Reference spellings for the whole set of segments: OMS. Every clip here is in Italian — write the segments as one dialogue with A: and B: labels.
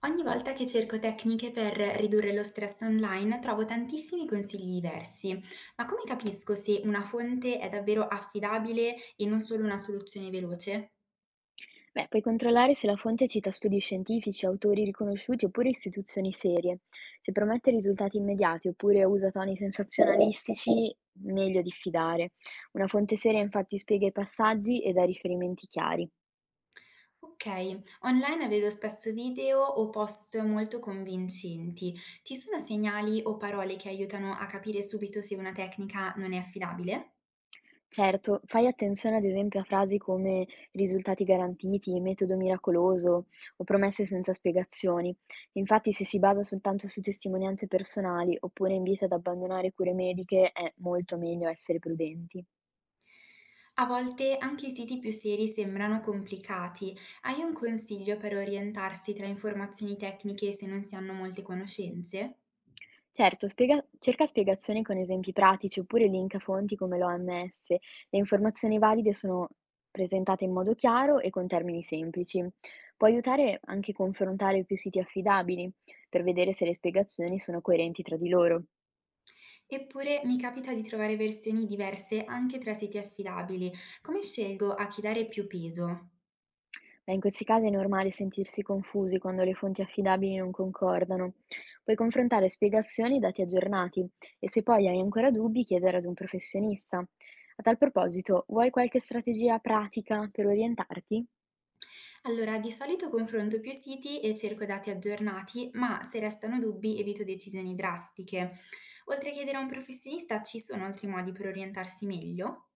A: Ogni volta che cerco tecniche per ridurre lo stress online trovo tantissimi consigli diversi, ma come capisco se una fonte è davvero affidabile e non solo una soluzione veloce?
B: Beh, puoi controllare se la fonte cita studi scientifici, autori riconosciuti oppure istituzioni serie. Se promette risultati immediati oppure usa toni sensazionalistici, meglio diffidare. Una fonte seria infatti spiega i passaggi e dà riferimenti chiari.
A: Ok, online vedo spesso video o post molto convincenti. Ci sono segnali o parole che aiutano a capire subito se una tecnica non è affidabile?
B: Certo, fai attenzione ad esempio a frasi come risultati garantiti, metodo miracoloso o promesse senza spiegazioni. Infatti, se si basa soltanto su testimonianze personali oppure invita ad abbandonare cure mediche, è molto meglio essere prudenti.
A: A volte anche i siti più seri sembrano complicati. Hai un consiglio per orientarsi tra informazioni tecniche se non si hanno molte conoscenze?
B: Certo, spiega cerca spiegazioni con esempi pratici oppure link a fonti come l'OMS. Le informazioni valide sono presentate in modo chiaro e con termini semplici. Può aiutare anche confrontare più siti affidabili per vedere se le spiegazioni sono coerenti tra di loro.
A: Eppure mi capita di trovare versioni diverse anche tra siti affidabili. Come scelgo a chi dare più peso?
B: Beh, in questi casi è normale sentirsi confusi quando le fonti affidabili non concordano. Puoi confrontare spiegazioni e dati aggiornati e se poi hai ancora dubbi chiedere ad un professionista. A tal proposito, vuoi qualche strategia pratica per orientarti?
A: Allora, di solito confronto più siti e cerco dati aggiornati, ma se restano dubbi evito decisioni drastiche. Oltre a chiedere a un professionista, ci sono altri modi per orientarsi meglio?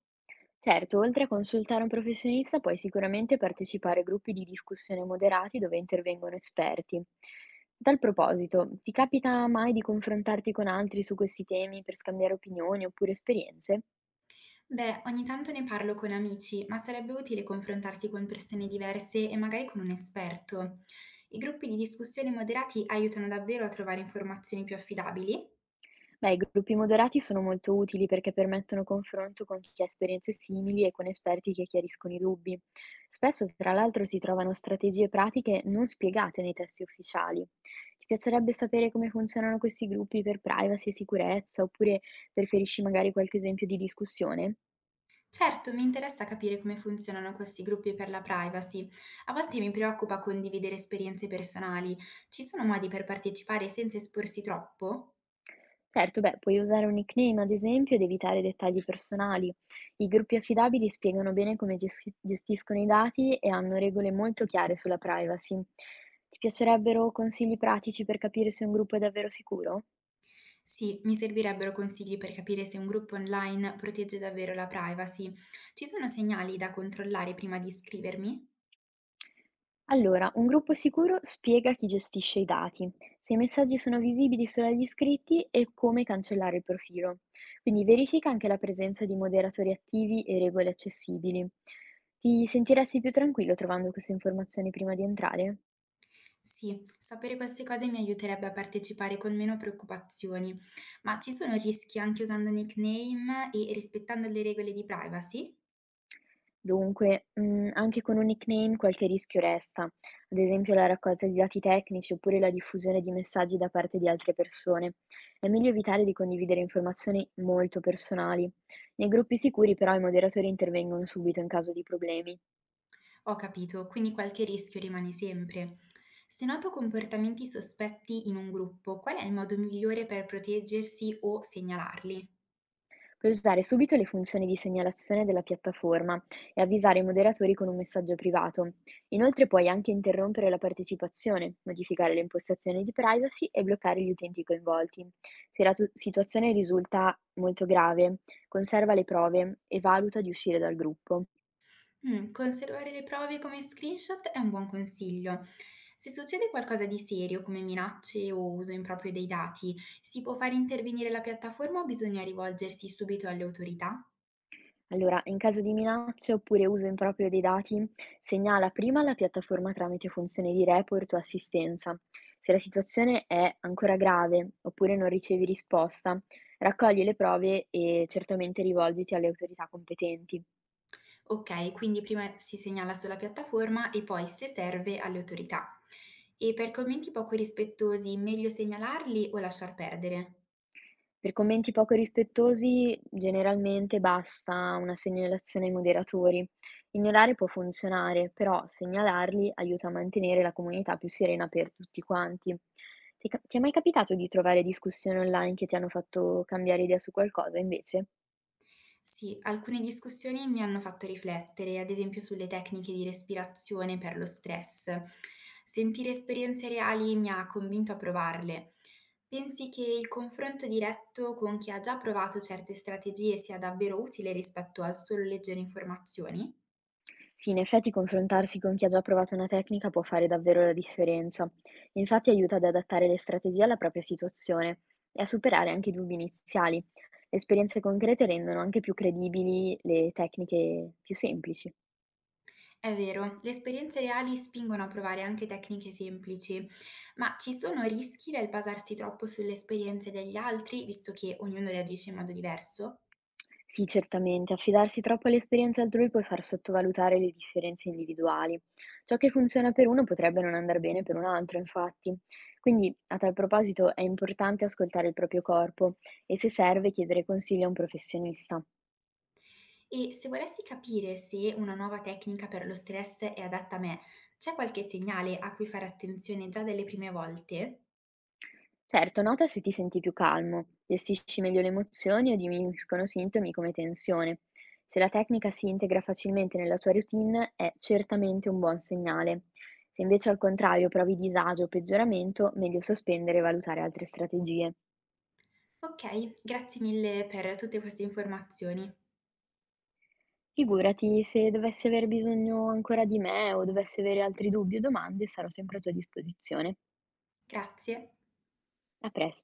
B: Certo, oltre a consultare un professionista, puoi sicuramente partecipare a gruppi di discussione moderati dove intervengono esperti. A tal proposito, ti capita mai di confrontarti con altri su questi temi per scambiare opinioni oppure esperienze?
A: Beh, ogni tanto ne parlo con amici, ma sarebbe utile confrontarsi con persone diverse e magari con un esperto. I gruppi di discussione moderati aiutano davvero a trovare informazioni più affidabili?
B: Beh, i gruppi moderati sono molto utili perché permettono confronto con chi ha esperienze simili e con esperti che chiariscono i dubbi. Spesso, tra l'altro, si trovano strategie pratiche non spiegate nei testi ufficiali. Ti piacerebbe sapere come funzionano questi gruppi per privacy e sicurezza, oppure preferisci magari qualche esempio di discussione?
A: Certo, mi interessa capire come funzionano questi gruppi per la privacy. A volte mi preoccupa condividere esperienze personali. Ci sono modi per partecipare senza esporsi troppo?
B: Certo, beh, puoi usare un nickname ad esempio ed evitare dettagli personali. I gruppi affidabili spiegano bene come gestiscono i dati e hanno regole molto chiare sulla privacy. Ti piacerebbero consigli pratici per capire se un gruppo è davvero sicuro?
A: Sì, mi servirebbero consigli per capire se un gruppo online protegge davvero la privacy. Ci sono segnali da controllare prima di iscrivermi?
B: Allora, un gruppo sicuro spiega chi gestisce i dati, se i messaggi sono visibili solo agli iscritti e come cancellare il profilo. Quindi verifica anche la presenza di moderatori attivi e regole accessibili. Ti sentiresti più tranquillo trovando queste informazioni prima di entrare?
A: Sì, sapere queste cose mi aiuterebbe a partecipare con meno preoccupazioni, ma ci sono rischi anche usando nickname e rispettando le regole di privacy?
B: Dunque, anche con un nickname qualche rischio resta, ad esempio la raccolta di dati tecnici oppure la diffusione di messaggi da parte di altre persone. È meglio evitare di condividere informazioni molto personali. Nei gruppi sicuri però i moderatori intervengono subito in caso di problemi.
A: Ho capito, quindi qualche rischio rimane sempre. Se noto comportamenti sospetti in un gruppo, qual è il modo migliore per proteggersi o segnalarli?
B: Puoi usare subito le funzioni di segnalazione della piattaforma e avvisare i moderatori con un messaggio privato. Inoltre puoi anche interrompere la partecipazione, modificare le impostazioni di privacy e bloccare gli utenti coinvolti. Se la situazione risulta molto grave, conserva le prove e valuta di uscire dal gruppo.
A: Conservare le prove come screenshot è un buon consiglio. Se succede qualcosa di serio come minacce o uso improprio dei dati, si può far intervenire la piattaforma o bisogna rivolgersi subito alle autorità?
B: Allora, in caso di minacce oppure uso improprio dei dati, segnala prima la piattaforma tramite funzioni di report o assistenza. Se la situazione è ancora grave oppure non ricevi risposta, raccogli le prove e certamente rivolgiti alle autorità competenti.
A: Ok, quindi prima si segnala sulla piattaforma e poi, se serve, alle autorità. E per commenti poco rispettosi, meglio segnalarli o lasciar perdere?
B: Per commenti poco rispettosi generalmente basta una segnalazione ai moderatori. Ignorare può funzionare, però segnalarli aiuta a mantenere la comunità più serena per tutti quanti. Ti è mai capitato di trovare discussioni online che ti hanno fatto cambiare idea su qualcosa invece?
A: Sì, alcune discussioni mi hanno fatto riflettere, ad esempio sulle tecniche di respirazione per lo stress. Sentire esperienze reali mi ha convinto a provarle. Pensi che il confronto diretto con chi ha già provato certe strategie sia davvero utile rispetto al solo leggere informazioni?
B: Sì, in effetti confrontarsi con chi ha già provato una tecnica può fare davvero la differenza. Infatti aiuta ad adattare le strategie alla propria situazione e a superare anche i dubbi iniziali. Le esperienze concrete rendono anche più credibili le tecniche più semplici.
A: È vero, le esperienze reali spingono a provare anche tecniche semplici, ma ci sono rischi nel basarsi troppo sulle esperienze degli altri, visto che ognuno reagisce in modo diverso?
B: Sì, certamente, affidarsi troppo alle esperienze altrui può far sottovalutare le differenze individuali. Ciò che funziona per uno potrebbe non andar bene per un altro, infatti. Quindi, a tal proposito, è importante ascoltare il proprio corpo e, se serve, chiedere consigli a un professionista.
A: E se volessi capire se una nuova tecnica per lo stress è adatta a me, c'è qualche segnale a cui fare attenzione già dalle prime volte?
B: Certo, nota se ti senti più calmo, gestisci meglio le emozioni o diminuiscono sintomi come tensione. Se la tecnica si integra facilmente nella tua routine, è certamente un buon segnale. Se invece al contrario provi disagio o peggioramento, meglio sospendere e valutare altre strategie.
A: Ok, grazie mille per tutte queste informazioni.
B: Figurati, se dovessi aver bisogno ancora di me o dovessi avere altri dubbi o domande, sarò sempre a tua disposizione.
A: Grazie.
B: A presto.